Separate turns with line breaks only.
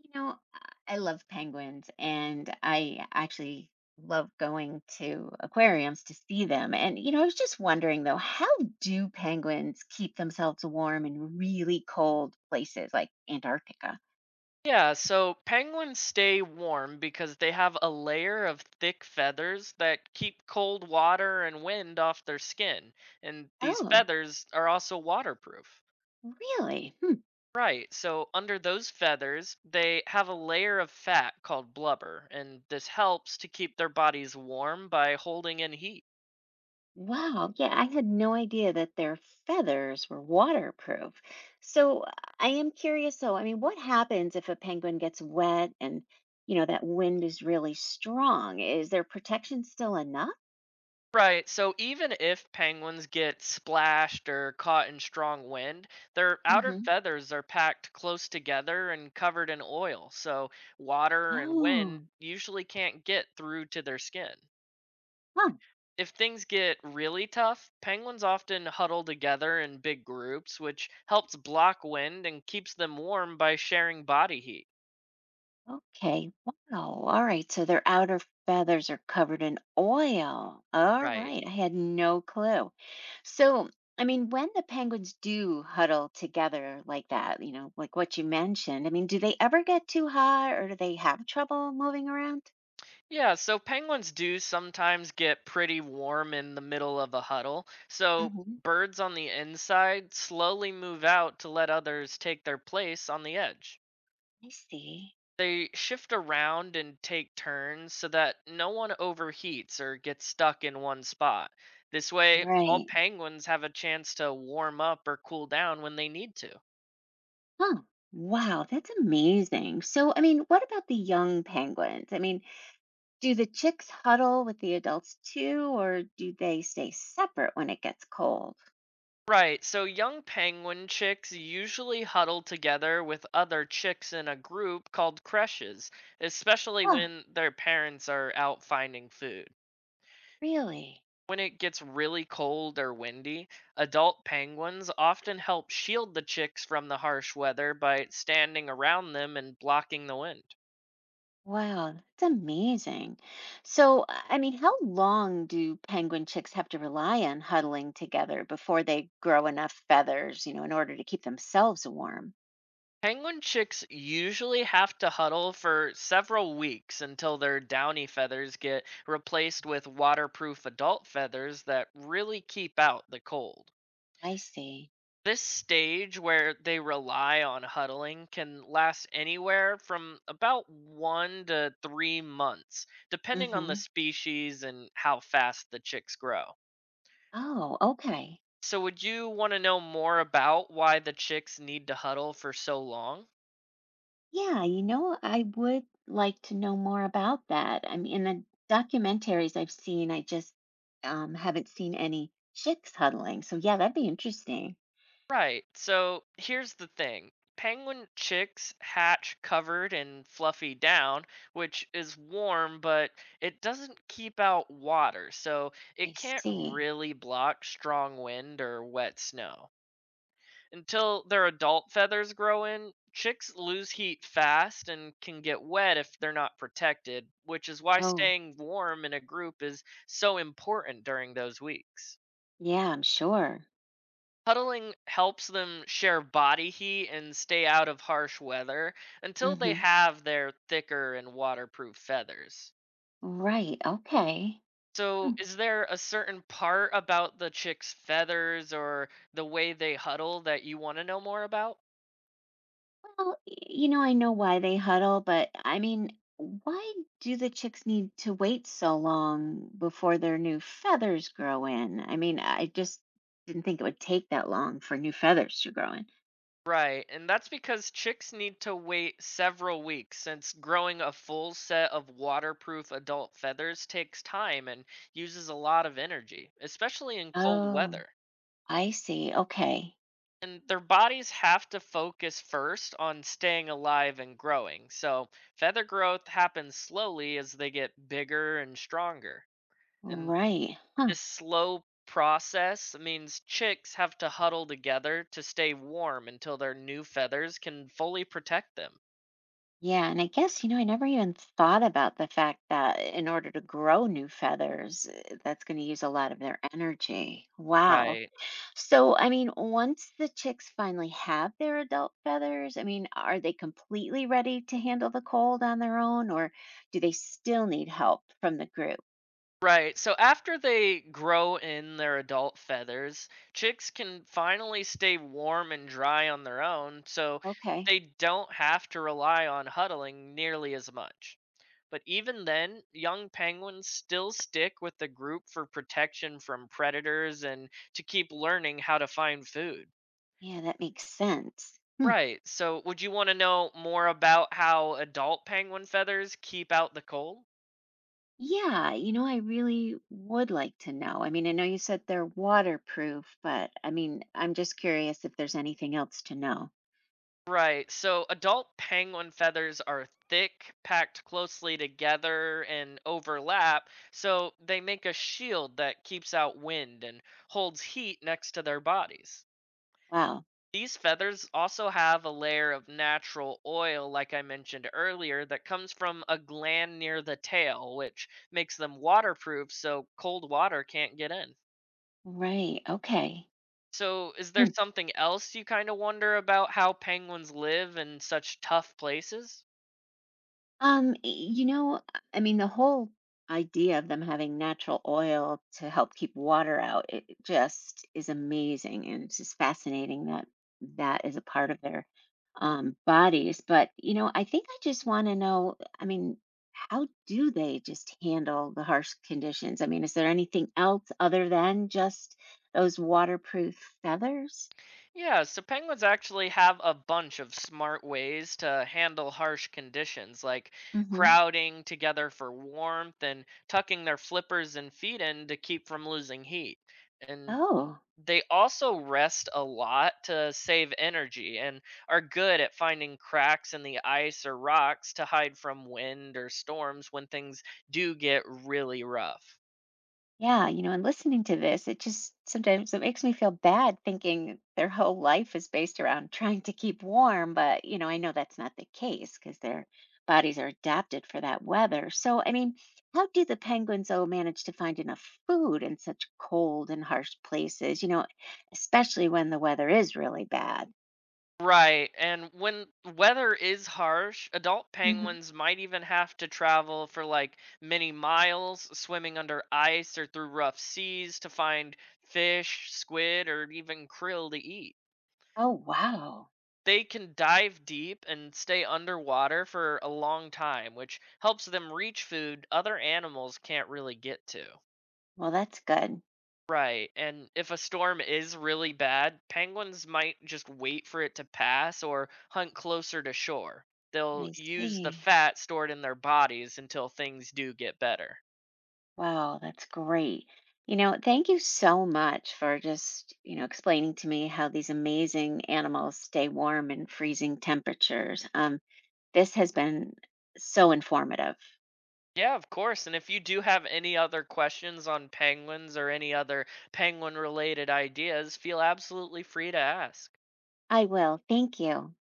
You know, I love penguins and I actually love going to aquariums to see them. And, you know, I was just wondering though, how do penguins keep themselves warm in really cold places like Antarctica?
Yeah, so penguins stay warm because they have a layer of thick feathers that keep cold water and wind off their skin. And these
Oh,
feathers are also waterproof.
really? Hmm.
Right, so under those feathers, they have a layer of fat called blubber, and this helps to keep their bodies warm by holding in heat.
Wow. Yeah, I had no idea that their feathers were waterproof. So I am curious though, I mean, what happens if a penguin gets wet and, that wind is really strong? Is their protection still enough?
Right, so even if penguins get splashed or caught in strong wind, their outer
hmm
feathers are packed close together and covered in oil, so water and
Oh,
wind usually can't get through to their skin.
huh.
If things get really tough, penguins often huddle together in big groups, which helps block wind and keeps them warm by sharing body heat.
Okay. Wow. All right. So their outer feathers are covered in oil. All
Right.
right. I had no clue. So, I mean, when the penguins do huddle together like that, you know, like what you mentioned, I mean, do they ever get too hot or do they have trouble moving around?
Yeah, so penguins do sometimes get pretty warm in the middle of a huddle. So
hmm
birds on the inside slowly move out to let others take their place on the edge.
I see.
They shift around and take turns so that no one overheats or gets stuck in one spot. This way, all
Right.
penguins have a chance to warm up or cool down when they need to.
Huh. Wow, that's amazing. So, I mean, what about the young penguins? I mean, do the chicks huddle with the adults too, or do they stay separate when it gets cold?
Right, so young penguin chicks usually huddle together with other chicks in a group called creches, especially
Huh.
when their parents are out finding food.
Really?
When it gets really cold or windy, adult penguins often help shield the chicks from the harsh weather by standing around them and blocking the wind.
Wow, that's amazing. So, I mean, how long do penguin chicks have to rely on huddling together before they grow enough feathers, you know, in order to keep themselves warm?
Penguin chicks usually have to huddle for several weeks until their downy feathers get replaced with waterproof adult feathers that really keep out the cold.
I see.
This stage where they rely on huddling can last anywhere from about 1 to 3 months, depending on the
Mm-hmm.
species and how fast the chicks grow.
Oh, okay.
So, would you want to know more about why the chicks need to huddle for so long?
Yeah, you know, I would like to know more about that. I mean, in the documentaries I've seen, I just haven't seen any chicks huddling. So, yeah, that'd be interesting.
Right. So here's the thing. Penguin chicks hatch covered in fluffy down, which is warm, but it doesn't keep out water, so
I
it can't
see.
really block strong wind or wet snow. Until their adult feathers grow in, chicks lose heat fast and can get wet if they're not protected, which is why
Oh,
staying warm in a group is so important during those weeks.
yeah, I'm sure.
Huddling helps them share body heat and stay out of harsh weather until they
Hmm.
have their thicker and waterproof feathers.
Right. Okay.
So,
Mm.
is there a certain part about the chick's feathers or the way they huddle that you want to know more about?
Well, you know, I know why they huddle, but I mean, why do the chicks need to wait so long before their new feathers grow in? I mean, I just didn't think it would take that long for new feathers to grow in.
Right, and that's because chicks need to wait several weeks since growing a full set of waterproof adult feathers takes time and uses a lot of energy, especially in cold
Oh,
weather.
I see. Okay.
And their bodies have to focus first on staying alive and growing. So, feather growth happens slowly as they get bigger and stronger. And
Right. Huh.
this slow process means chicks have to huddle together to stay warm until their new feathers can fully protect them.
Yeah. And I guess, you know, I never even thought about the fact that in order to grow new feathers, that's going to use a lot of their energy. Wow.
Right.
So, I mean, once the chicks finally have their adult feathers, I mean, are they completely ready to handle the cold on their own, or do they still need help from the group?
Right. So after they grow in their adult feathers, chicks can finally stay warm and dry on their own, so
Okay.
they don't have to rely on huddling nearly as much. But even then, young penguins still stick with the group for protection from predators and to keep learning how to find food.
Yeah, that makes sense. Hmm.
Right. So would you want to know more about how adult penguin feathers keep out the cold?
Yeah, you know, I really would like to know. I mean, I know you said they're waterproof, but I mean, I'm just curious if there's anything else to know.
Right. So adult penguin feathers are thick, packed closely together, and overlap, so they make a shield that keeps out wind and holds heat next to their bodies.
Wow.
These feathers also have a layer of natural oil, like I mentioned earlier, that comes from a gland near the tail, which makes them waterproof so cold water can't get in.
Right. Okay.
So, is there something else you kind of wonder about how penguins live in such tough places?
You know, I mean, the whole idea of them having natural oil to help keep water out, it just is amazing. And it's just fascinating that that is a part of their bodies. But, you know, I think I just want to know, I mean, how do they just handle the harsh conditions? I mean, is there anything else other than just those waterproof feathers?
Yeah, so penguins actually have a bunch of smart ways to handle harsh conditions, like
Mm-hmm.
crowding together for warmth and tucking their flippers and feet in to keep from losing heat. And
Oh.
they also rest a lot to save energy and are good at finding cracks in the ice or rocks to hide from wind or storms when things do get really rough.
Yeah, you know, and listening to this, it just sometimes it makes me feel bad thinking their whole life is based around trying to keep warm, but you know, I know that's not the case because their bodies are adapted for that weather. So, I mean, how do the penguins though manage to find enough food in such cold and harsh places, you know, especially when the weather is really bad?
Right, and when weather is harsh, adult
hmm
penguins might even have to travel for like many miles, swimming under ice or through rough seas to find fish, squid, or even krill to eat.
Oh, wow.
They can dive deep and stay underwater for a long time, which helps them reach food other animals can't really get to.
Well, that's good.
Right, and if a storm is really bad, penguins might just wait for it to pass or hunt closer to shore. They'll
I
use the
see.
fat stored in their bodies until things do get better.
Wow, that's great. You know, thank you so much for just, you know, explaining to me how these amazing animals stay warm in freezing temperatures. This has been so informative.
Yeah, of course. And if you do have any other questions on penguins or any other penguin related ideas, feel absolutely free to ask.
I will. Thank you.